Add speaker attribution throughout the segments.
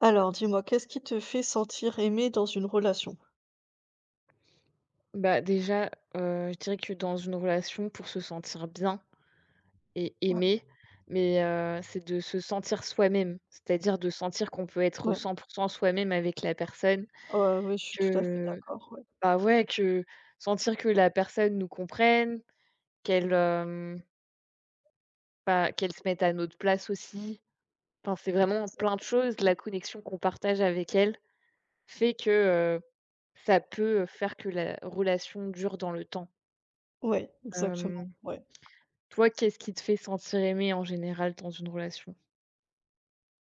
Speaker 1: Alors, dis-moi, qu'est-ce qui te fait sentir aimé dans une relation?
Speaker 2: Déjà, je dirais que dans une relation, pour se sentir bien et
Speaker 1: Ouais,
Speaker 2: aimé, mais c'est de se sentir soi-même. C'est-à-dire de sentir qu'on peut être
Speaker 1: ouais,
Speaker 2: 100% soi-même avec la personne,
Speaker 1: ouais, ouais, je suis tout à fait
Speaker 2: que
Speaker 1: d'accord. Ouais,
Speaker 2: bah, ouais, que sentir que la personne nous comprenne, qu'elle, bah, qu'elle se mette à notre place aussi. Enfin, c'est vraiment
Speaker 1: exact-
Speaker 2: plein de choses. La connexion qu'on partage avec elle fait que, heu, ça peut faire que la relation dure dans le temps.
Speaker 1: ouais, exactement. Ouais.
Speaker 2: Toi, qu'est-ce qui te fait sentir aimé en général dans une relation?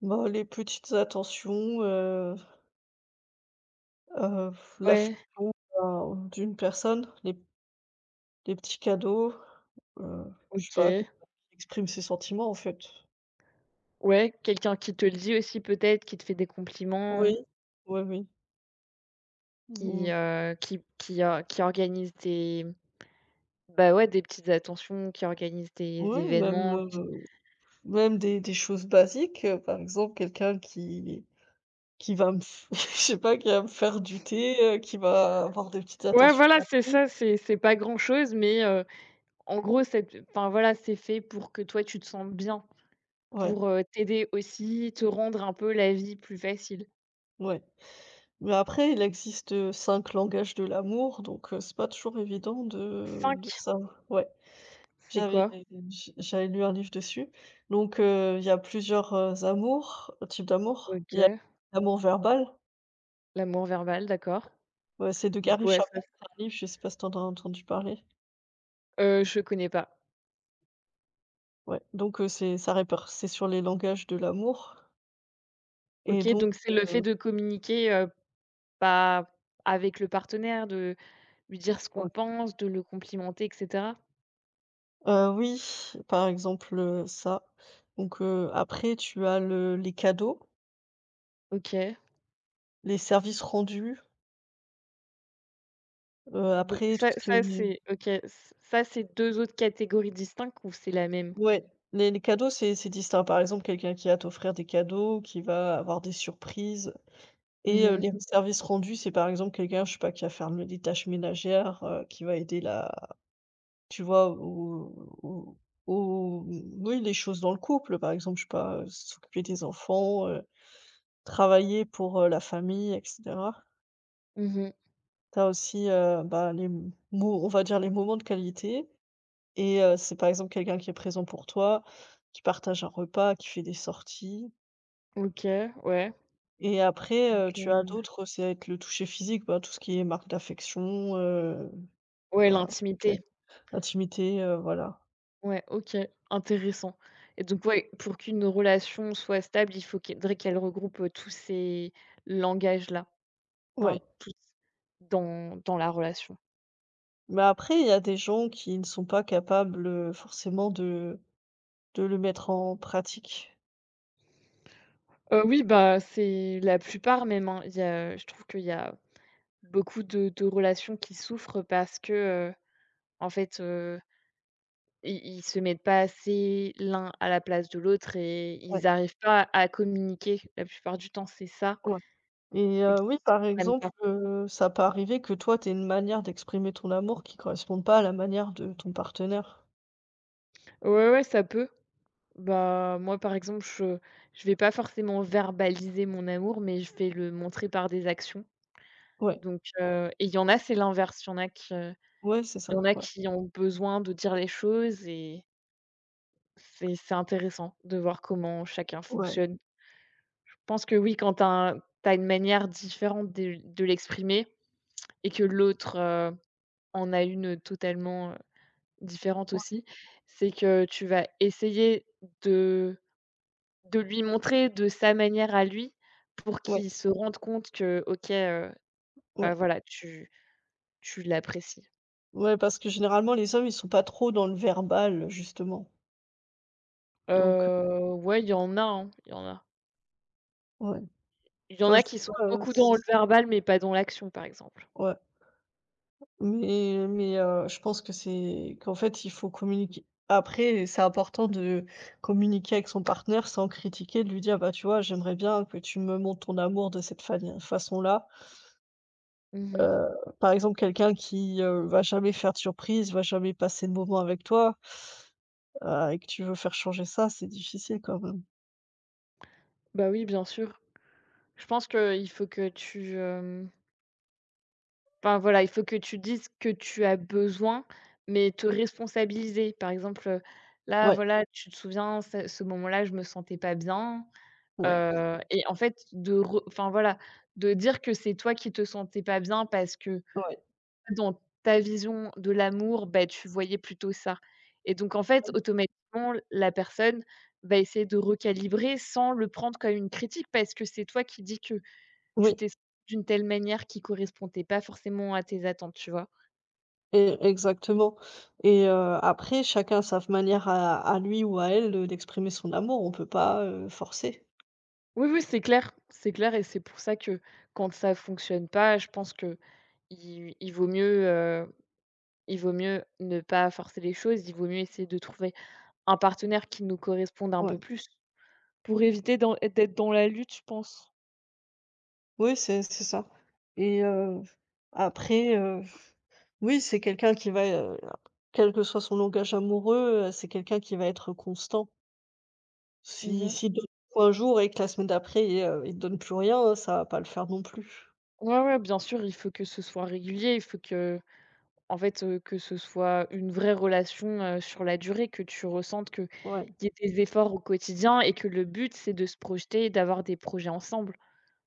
Speaker 1: Bah, les petites attentions, euh,
Speaker 2: Ouais,
Speaker 1: l'affection d'une personne, les petits cadeaux, euh, je sais pas, qui
Speaker 2: OK.
Speaker 1: exprime ses sentiments en fait.
Speaker 2: Ouais, quelqu'un qui te le dit aussi peut-être, qui te fait des compliments,
Speaker 1: Oui, oui, oui.
Speaker 2: qui,
Speaker 1: Ou-
Speaker 2: qui or qui organise des bah, ouais, des petites attentions, qui organise des
Speaker 1: Oui, même,
Speaker 2: événements, qui
Speaker 1: même des choses basiques, par exemple, quelqu'un qui va me f je sais pas, qui va me faire du thé, qui va avoir des petites
Speaker 2: ouais,
Speaker 1: attentions
Speaker 2: voilà, c'est
Speaker 1: gentille.
Speaker 2: ça, c'est pas grand-chose, mais en gros, c'est enfin, voilà, c'est fait pour que toi, tu te sens bien,
Speaker 1: Ouais,
Speaker 2: pour, t'aider aussi, te rendre un peu la vie plus facile.
Speaker 1: ouais. Mais après, il existe 5 langages de l'amour, donc c'est pas toujours évident de
Speaker 2: 5.
Speaker 1: savoir ouais.
Speaker 2: C'est
Speaker 1: J'avais
Speaker 2: quoi?
Speaker 1: j'avais lu un livre dessus. Donc il y a plusieurs, amours, types d'amour. Il y a
Speaker 2: OK,
Speaker 1: l'amour verbal,
Speaker 2: l'amour verbal, d'accord.
Speaker 1: c'est de
Speaker 2: Donc
Speaker 1: Gary
Speaker 2: ouais, ça
Speaker 1: Chapman, c'est un livre, je sais pas si tu en as entendu parler?
Speaker 2: Je connais pas.
Speaker 1: Ouais, donc c'est ça répar c'est sur les langages de l'amour et
Speaker 2: OK,
Speaker 1: donc
Speaker 2: donc c'est le fait
Speaker 1: heu,
Speaker 2: de communiquer, bah, avec le partenaire, de lui dire ce qu'on
Speaker 1: ouais.
Speaker 2: pense, de le complimenter et cetera?
Speaker 1: Oui, par exemple, ça. Donc, après tu as le les cadeaux,
Speaker 2: OK,
Speaker 1: les services rendus,
Speaker 2: donc
Speaker 1: après tout
Speaker 2: ça
Speaker 1: ce qui
Speaker 2: ça
Speaker 1: est
Speaker 2: c'est OK, ç ça c'est 2 autres catégories distinctes ou c'est la même?
Speaker 1: ouais, les cadeaux c'est distinct. Par exemple, quelqu'un qui va t'offrir des cadeaux, qui va avoir des surprises
Speaker 2: Mmh
Speaker 1: et
Speaker 2: mh.
Speaker 1: les services rendus, c'est par exemple quelqu'un, je sais pas, qui va faire le les tâches ménagères, qui va aider la tu vois, au oui, les choses dans le couple, par exemple, je sais pas, s'occuper des enfants, travailler pour, la famille et cetera.
Speaker 2: Mmh mh.
Speaker 1: T'as aussi, bah, les m mo on va dire les moments de qualité et c'est par exemple quelqu'un qui est présent pour toi, qui partage un repas, qui fait des sorties
Speaker 2: OK, ouais.
Speaker 1: et après, tu as
Speaker 2: OK.
Speaker 1: d'autres, c'est être le toucher physique, bah, tout ce qui est marque d'affection,
Speaker 2: Ouais,
Speaker 1: bah, OK,
Speaker 2: l'intimité.
Speaker 1: intimité, voilà.
Speaker 2: Ouais, OK, intéressant, et donc ouais, pour qu'une relation soit stable, il faut qu'elle faudrait qu'elle regroupe, tous ces langages-là, enfin
Speaker 1: Ouais,
Speaker 2: tous dans la relation.
Speaker 1: mais après il y a des gens qui ne sont pas capables, forcément de le mettre en pratique.
Speaker 2: Oui, bah, c'est la plupart même, hein. Il y a je trouve qu'il y a beaucoup de relations qui souffrent parce que, heu, en fait, ils se mettent pas assez l'un à la place de l'autre et
Speaker 1: Ouais,
Speaker 2: ils arrivent pas à communiquer. La plupart du temps, c'est ça
Speaker 1: ouais. Et
Speaker 2: et qu'ils
Speaker 1: oui,
Speaker 2: se
Speaker 1: par
Speaker 2: comprennent
Speaker 1: exemple,
Speaker 2: pas.
Speaker 1: ça peut arriver que toi, tu une manière d'exprimer ton amour qui corresponde pas à la manière de ton partenaire.
Speaker 2: Ouais, ouais, ça peut. Bah, moi, par exemple, je vais pas forcément verbaliser mon amour, mais je vais le montrer par des actions.
Speaker 1: Ouais,
Speaker 2: Donc, et il y en a, c'est l'inverse. Il y en a qui,
Speaker 1: ouais, c'est
Speaker 2: il y en
Speaker 1: ça,
Speaker 2: a
Speaker 1: ouais,
Speaker 2: qui ont besoin de dire les choses et C'est intéressant de voir comment chacun
Speaker 1: ouais,
Speaker 2: fonctionne. Je pense que oui, quand tu as une manière différente de l'exprimer et que l'autre, en a une totalement, différente
Speaker 1: ouais,
Speaker 2: aussi, c'est que tu vas essayer de lui montrer de sa manière à lui pour
Speaker 1: ouais,
Speaker 2: qu'il se rende compte que OK, bah,
Speaker 1: ouais,
Speaker 2: voilà, tu l'apprécies.
Speaker 1: ouais, parce que généralement les hommes, ils sont pas trop dans le verbal, justement, donc
Speaker 2: Ouais, il y en a, hein, il y en a.
Speaker 1: ouais.
Speaker 2: Il y en
Speaker 1: Enfin, je
Speaker 2: a
Speaker 1: sais
Speaker 2: qui sont
Speaker 1: pas,
Speaker 2: beaucoup dans le
Speaker 1: s
Speaker 2: verbal, mais pas dans l'action, par exemple.
Speaker 1: ouais, mais je pense que c'est qu'en fait, il faut communiquer. Après, c'est important de communiquer avec son partenaire sans critiquer, de lui dire: «Bah, tu vois, j'aimerais bien que tu me montres ton amour de cette fani façon-là».
Speaker 2: Mmh.
Speaker 1: Heu, Par exemple, quelqu'un qui, va jamais faire de surprise, va jamais passer de moment avec toi, et que tu veux faire changer ça, c'est difficile quand même.
Speaker 2: Bah oui, bien sûr. Je pense que il faut que tu, enfin, voilà, il faut que tu dises que tu as besoin, mais te responsabiliser. Par exemple, là,
Speaker 1: Ouais,
Speaker 2: voilà, tu te souviens, ce moment-là, je me sentais pas bien.
Speaker 1: ouais,
Speaker 2: Et en fait, de re enfin voilà, de dire que c'est toi qui te sentais pas bien parce que
Speaker 1: ouais.
Speaker 2: dans ta vision de l'amour, bah, tu voyais plutôt ça et donc en fait, automatiquement, la personne va essayer de recalibrer sans le prendre comme une critique parce que c'est toi qui dis que tu
Speaker 1: Oui,
Speaker 2: t'es sentie d'une telle manière qui correspondait pas forcément à tes attentes, tu vois?
Speaker 1: e exactement et après chacun a sa manière à lui ou à elle, d'exprimer son amour, on peut pas, forcer.
Speaker 2: Oui, oui, c'est clair, c'est clair, et c'est pour ça que quand ça fonctionne pas, je pense qu'il il vaut mieux, Il vaut mieux ne pas forcer les choses, il vaut mieux essayer de trouver un partenaire qui nous corresponde un peu
Speaker 1: Ouais.
Speaker 2: plus. Pour éviter d'en d'être dans la lutte, je pense.
Speaker 1: Oui, c'est ça et après, oui, c'est quelqu'un qui va, quel que soit son langage amoureux, c'est quelqu'un qui va être constant. Si
Speaker 2: Mmh.
Speaker 1: S'il donne un jour et que la semaine d'après, il te donne plus rien, ça va pas le faire non plus.
Speaker 2: Ouais, ouais, bien sûr, il faut que ce soit régulier, il faut que en fait, que ce soit une vraie relation, sur la durée, que tu ressentes que
Speaker 1: Ouais,
Speaker 2: qu'il y ait des efforts au quotidien et que le but, c'est de se projeter d'avoir des projets ensemble.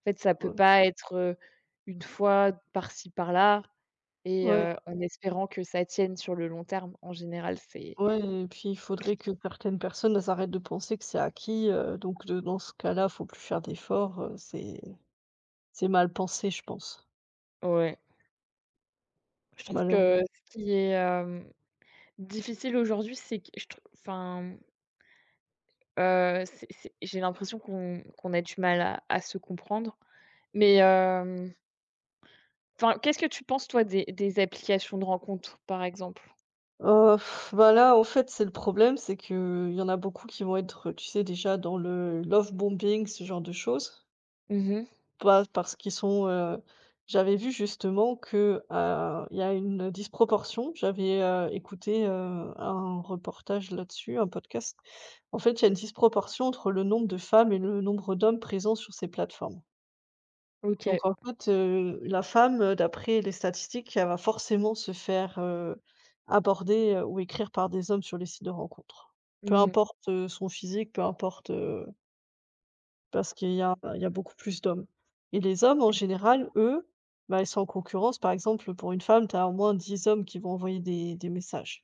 Speaker 2: En fait, ça peut
Speaker 1: ouais,
Speaker 2: pas être, une fois par-ci par-là et
Speaker 1: ouais,
Speaker 2: en espérant que ça tienne sur le long terme. En général, c'est
Speaker 1: ouais et puis il faudrait que certaines personnes, elles arrêtent de penser que c'est acquis, donc de dans ce cas-là, faut plus faire d'efforts, c'est mal pensé, je pense,
Speaker 2: ouais. Je trouve que
Speaker 1: malheureux
Speaker 2: ce qui est, difficile aujourd'hui, c'est que je trou enfin, c'est j'ai l'impression qu'on a du mal à se comprendre. Mais, enfin, qu'est-ce que tu penses toi des applications de rencontres, par exemple?
Speaker 1: heu, bah, là, en fait, c'est le problème, c'est qu'il y en a beaucoup qui vont être, tu sais, déjà dans le love bombing, ce genre de choses.
Speaker 2: Mmh.
Speaker 1: Pas parce qu'ils sont, j'avais vu justement que, il y a une disproportion. J'avais, écouté, un reportage là-dessus, un podcast. En fait, il y a une disproportion entre le nombre de femmes et le nombre d'hommes présents sur ces plateformes.
Speaker 2: OK.
Speaker 1: Donc en fait, la femme, d'après les statistiques, elle va forcément se faire, aborder, ou écrire par des hommes sur les sites de rencontres. Peu
Speaker 2: Mmh.
Speaker 1: importe, son physique, peu importe, parce qu'il y a beaucoup plus d'hommes et les hommes, en général, eux, bah, ils sont en concurrence. Par exemple, pour une femme, tu as au moins 10 hommes qui vont envoyer des messages,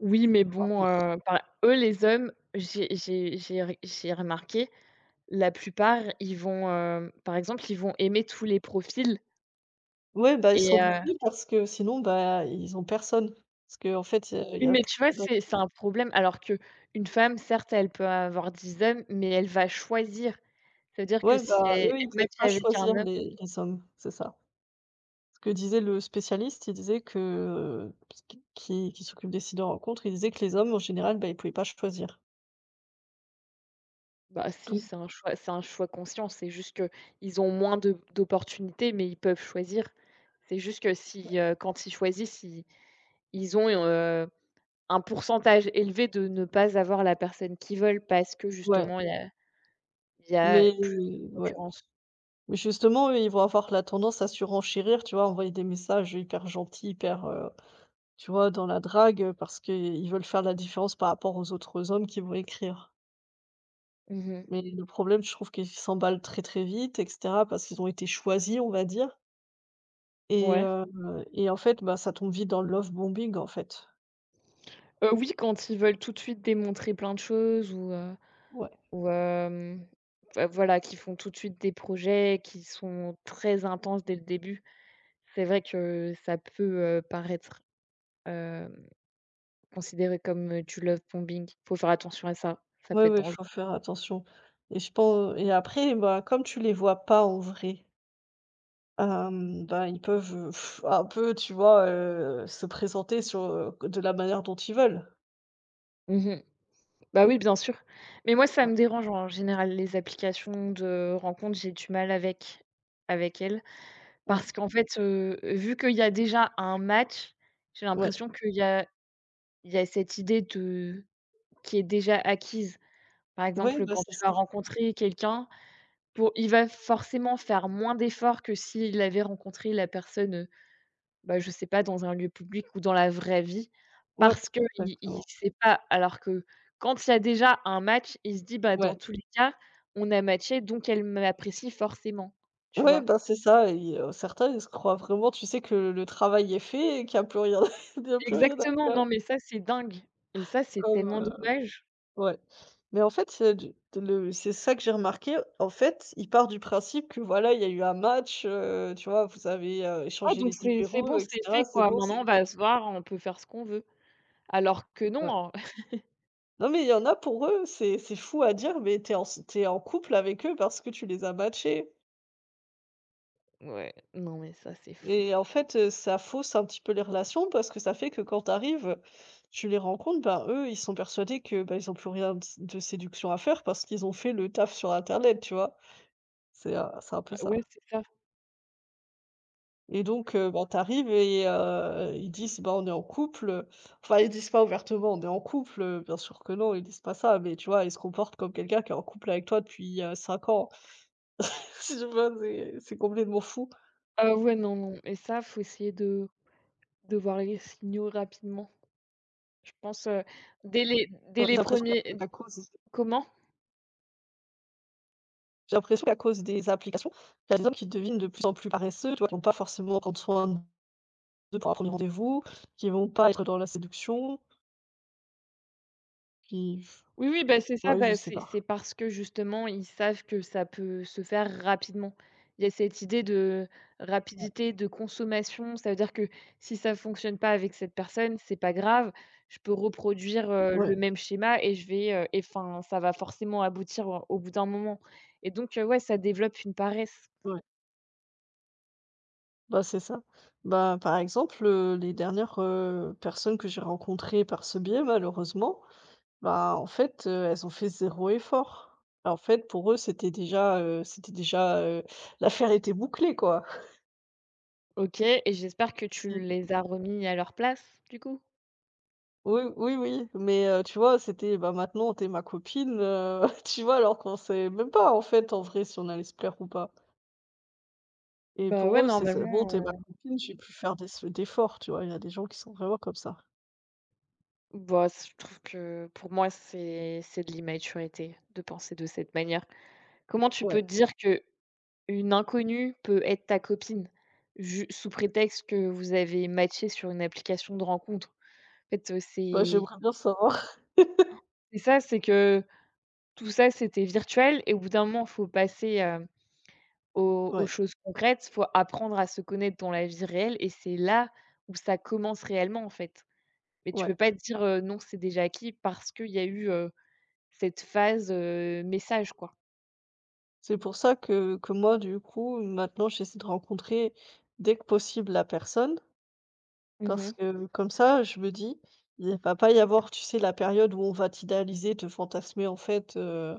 Speaker 2: Oui, mais
Speaker 1: voire
Speaker 2: bon,
Speaker 1: plus.
Speaker 2: enfin, eux, les hommes, j'ai remarqué, la plupart, ils vont, par exemple, ils vont aimer tous les profils
Speaker 1: Ouais, bah, ils sont
Speaker 2: et
Speaker 1: obligés parce que sinon, bah, ils ont personne. Parce qu'en fait, il y
Speaker 2: Oui,
Speaker 1: a
Speaker 2: mais
Speaker 1: plus
Speaker 2: tu vois,
Speaker 1: d'hommes.
Speaker 2: c'est un problème alors que une femme, certes, elle peut avoir 10 hommes, mais elle va choisir. Ça veut dire que
Speaker 1: Ouais,
Speaker 2: si
Speaker 1: bah,
Speaker 2: elle
Speaker 1: eux, ils peuvent
Speaker 2: match
Speaker 1: pas
Speaker 2: avec un
Speaker 1: choisir
Speaker 2: homme
Speaker 1: les hommes, c'est ça. Ce que disait le spécialiste, il disait que, parce qui s'occupe des sites de rencontres, il disait que les hommes, en général, bah, ils pouvaient pas choisir.
Speaker 2: bah, si,
Speaker 1: Donc
Speaker 2: c'est un choix conscient, c'est juste que ils ont moins de d'opportunités, mais ils peuvent choisir. C'est juste que si, quand ils choisissent, ils ont, un pourcentage élevé de ne pas avoir la personne qu'ils veulent parce que
Speaker 1: ouais,
Speaker 2: justement il y a
Speaker 1: mais
Speaker 2: plus de
Speaker 1: ouais.
Speaker 2: concurrence.
Speaker 1: Mais justement, eux, ils vont avoir la tendance à surenchérir, tu vois, envoyer des messages hyper gentils, hyper, tu vois, dans la drague, parce qu'ils veulent faire la différence par rapport aux autres hommes qui vont écrire.
Speaker 2: Mmh.
Speaker 1: Mais le problème, je trouve qu'ils s'emballent très, très vite et cetera parce qu'ils ont été choisis, on va dire et
Speaker 2: Ouais.
Speaker 1: en fait, bah, ça tombe vite dans le love bombing, en fait.
Speaker 2: Oui, quand ils veulent tout de suite démontrer plein de choses
Speaker 1: Ouais.
Speaker 2: Ou v voilà, qui font tout de suite des projets qui sont très intenses dès le début. C'est vrai que ça peut, paraître, hem, considéré comme, du love bombing. Faut faire attention à ça, ça
Speaker 1: Ouais,
Speaker 2: peut être
Speaker 1: ouais,
Speaker 2: dangereux.
Speaker 1: faut faire attention et je pense, et après, bah, comme tu les vois pas en vrai bah, ils peuvent, un peu, tu vois, se présenter sur, de la manière dont ils veulent.
Speaker 2: Mmh. Bah, oui, bien sûr. Mais moi, ça
Speaker 1: Ouais,
Speaker 2: me dérange en général les applications de rencontres, j'ai du mal avec avec elles
Speaker 1: ouais,
Speaker 2: parce qu'en fait, vu qu'il y a déjà un match, j'ai
Speaker 1: ouais.
Speaker 2: l'impression qu'il y a il y a cette idée de qui est déjà acquise. Par
Speaker 1: Ouais,
Speaker 2: exemple,
Speaker 1: bah,
Speaker 2: quand
Speaker 1: c'est
Speaker 2: tu vas
Speaker 1: ça.
Speaker 2: rencontrer quelqu'un, pour il va forcément faire moins d'efforts que s'il avait rencontré la personne, bah, je sais pas, dans un lieu public ou dans la vraie vie,
Speaker 1: Ouais,
Speaker 2: parce que il
Speaker 1: exactement.
Speaker 2: sait pas. Alors que quand il y a déjà un match, il se dit: «Bah, dans
Speaker 1: Ouais.
Speaker 2: tous les cas, on a matché, donc elle m'apprécie forcément», tu
Speaker 1: Ouais,
Speaker 2: vois?
Speaker 1: bah, c'est ça et certains, ils se croient vraiment, tu sais, que le travail est fait et qu'il n'y a plus rien il y a plus rien à
Speaker 2: Exactement,
Speaker 1: faire
Speaker 2: non, mais ça, c'est dingue et ça, c'est
Speaker 1: comme,
Speaker 2: tellement dommage.
Speaker 1: ouais. Mais en fait, du le c'est ça que j'ai remarqué, en fait, ils partent du principe que, voilà, il y a eu un match, tu vois, vous avez,
Speaker 2: Ah
Speaker 1: échangé
Speaker 2: donc
Speaker 1: les
Speaker 2: c'est
Speaker 1: numéros
Speaker 2: bon,
Speaker 1: et
Speaker 2: c'est fait,
Speaker 1: cetera, c'est
Speaker 2: quoi.
Speaker 1: bon,
Speaker 2: Maintenant,
Speaker 1: c'est
Speaker 2: on
Speaker 1: fait.
Speaker 2: va se voir, on peut faire ce qu'on veut. Alors que
Speaker 1: Ouais.
Speaker 2: non, hein.
Speaker 1: Non, mais il y en a pour eux, c'est fou à dire, mais t'es es en s tu en couple avec eux parce que tu les as matchés
Speaker 2: Ouais, non, mais ça, c'est fou.
Speaker 1: et en fait, ça fausse un petit peu les relations parce que ça fait que quand t'arrives, tu les rencontres, ben, eux, ils sont persuadés que, ben ils ont plus rien de séduction à faire parce qu'ils ont fait le taf sur internet, tu vois? C'est un peu
Speaker 2: Ouais,
Speaker 1: ça
Speaker 2: c'est ça.
Speaker 1: et donc bah, tu et ils disent: «Bah, on est en couple», enfin, ils disent pas ouvertement: «On est en couple», bien sûr que non, ils disent pas ça, mais tu vois, ils se comportent comme quelqu'un qui est en couple avec toi depuis, 5 ans. Je vois, c'est complètement fou.
Speaker 2: Ah ouais, non, non et ça, faut essayer de voir les signaux rapidement. Je pense, dès les dès
Speaker 1: Ouais, j'ai
Speaker 2: les
Speaker 1: l'impression Ouais.
Speaker 2: premiers
Speaker 1: qu'à cause
Speaker 2: comment?
Speaker 1: J'ai l'impression qu'à cause des applications, il y a des gens qui deviennent de plus en plus paresseux, tu vois? Qui vont pas forcément prendre soin d'eux pour un 1 rendez-vous, qui vont pas être dans la séduction, qui
Speaker 2: Oui, oui, bah, c'est ça,
Speaker 1: ouais, je
Speaker 2: bah,
Speaker 1: sais
Speaker 2: c'est
Speaker 1: pas.
Speaker 2: parce que justement, ils savent que ça peut se faire rapidement. Il y a cette idée de
Speaker 1: Ouais.
Speaker 2: rapidité, de consommation. Ça veut dire que si ça fonctionne pas avec cette personne, c'est pas grave. Je peux reproduire, le
Speaker 1: Ouais,
Speaker 2: même schéma et je vais, et enfin, ça va forcément aboutir au bout d'un moment et donc, ouais, ça développe une paresse.
Speaker 1: ouais, bah, c'est ça. Bah, par exemple, les dernières, personnes que j'ai rencontrées par ce biais, malheureusement, bah, en fait, elles ont fait zéro effort. En fait, pour eux, c'était déjà, l'affaire était bouclée, quoi.
Speaker 2: OK et j'espère que
Speaker 1: Si
Speaker 2: tu les as remis à leur place, du coup?
Speaker 1: Oui, oui, oui, mais tu vois, c'était: «Bah, maintenant, t'es ma copine», tu vois? Alors qu'on sait même pas, en fait, en vrai, si on allait se plaire ou pas et
Speaker 2: Bah, ouais,
Speaker 1: pour eux, c'est ça: «Bon,
Speaker 2: normalement,
Speaker 1: t'es ma copine, j'ai pu faire des s d'efforts», tu vois? Il y a des gens qui sont vraiment comme ça.
Speaker 2: bah, c je trouve que pour moi, c'est de l'immaturité de penser de cette manière. Comment tu peux
Speaker 1: Ouais,
Speaker 2: dire qu'une inconnue peut être ta copine? Ju sous prétexte que vous avez matché sur une application de rencontre. En fait,
Speaker 1: bah, j'aimerais bien savoir.
Speaker 2: c'est ça, c'est que tout ça, c'était virtuel et au bout d'un moment, faut passer, hem Aux aux
Speaker 1: Ouais,
Speaker 2: choses concrètes, faut apprendre à se connaître dans la vie réelle et c'est là où ça commence réellement, en fait. Mais tu
Speaker 1: ouais.
Speaker 2: peux pas te dire, «Non, c'est déjà acquis» parce qu'il y a eu, cette phase, message, quoi.
Speaker 1: C'est pour ça que moi, du coup, maintenant, j'essaie de rencontrer dès que possible la personne parce
Speaker 2: Mmh.
Speaker 1: que comme ça, je me dis: «Il va pas y avoir, tu sais, la période où on va t'idéaliser, te fantasmer, en fait,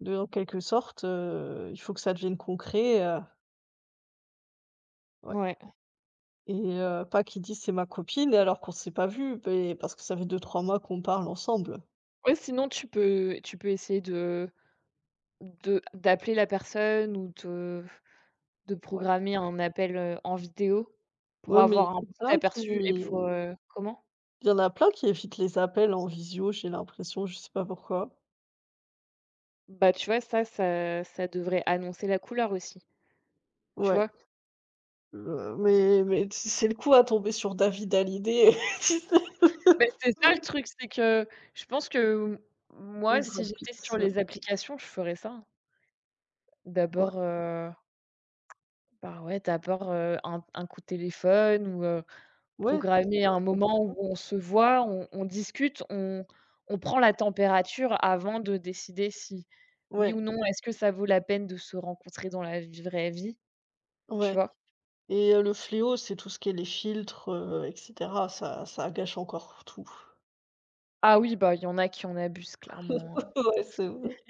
Speaker 1: De En quelque sorte, il faut que ça devienne concret, ouais
Speaker 2: Ouais.
Speaker 1: et pas qu'ils disent: «C'est ma copine» alors qu'on s'est pas vu, beh, parce que ça fait deux trois mois qu'on parle ensemble.
Speaker 2: Ouais, sinon tu peux essayer de d'appeler la personne ou de
Speaker 1: Ouais.
Speaker 2: programmer un appel, en vidéo pour
Speaker 1: Ouais, mais
Speaker 2: avoir un petit aperçu et pour, comment?
Speaker 1: il y en a plein qui évitent les appels en visio, j'ai l'impression, je sais pas pourquoi.
Speaker 2: Bah, tu vois, ça devrait annoncer la couleur aussi, tu
Speaker 1: Ouais,
Speaker 2: vois?
Speaker 1: mais t c'est le coup à tomber sur David Hallyday, tu sais?
Speaker 2: Beh, c'est ça le
Speaker 1: Ouais,
Speaker 2: truc, c'est que je pense que moi,
Speaker 1: ou
Speaker 2: si
Speaker 1: Brad Pitt,
Speaker 2: j'étais sur
Speaker 1: ouais,
Speaker 2: les applications, je ferais ça, hein. D'abord,
Speaker 1: ouais.
Speaker 2: bah, ouais, d'abord, un coup de téléphone ou,
Speaker 1: Ouais, c'est
Speaker 2: programmer un moment où
Speaker 1: important.
Speaker 2: on se voit, on discute, on prend la température avant de décider si, oui
Speaker 1: Ouais,
Speaker 2: ou non, est-ce que ça vaut la peine de se rencontrer dans la v vraie vie, tu
Speaker 1: ouais.
Speaker 2: vois?
Speaker 1: Et le fléau, c'est tout ce qui est les filtres, et cetera, ça gâche encore tout.
Speaker 2: Ah oui, bah, il y en a qui en abusent clairement, hein.
Speaker 1: Ouais, c'est vrai.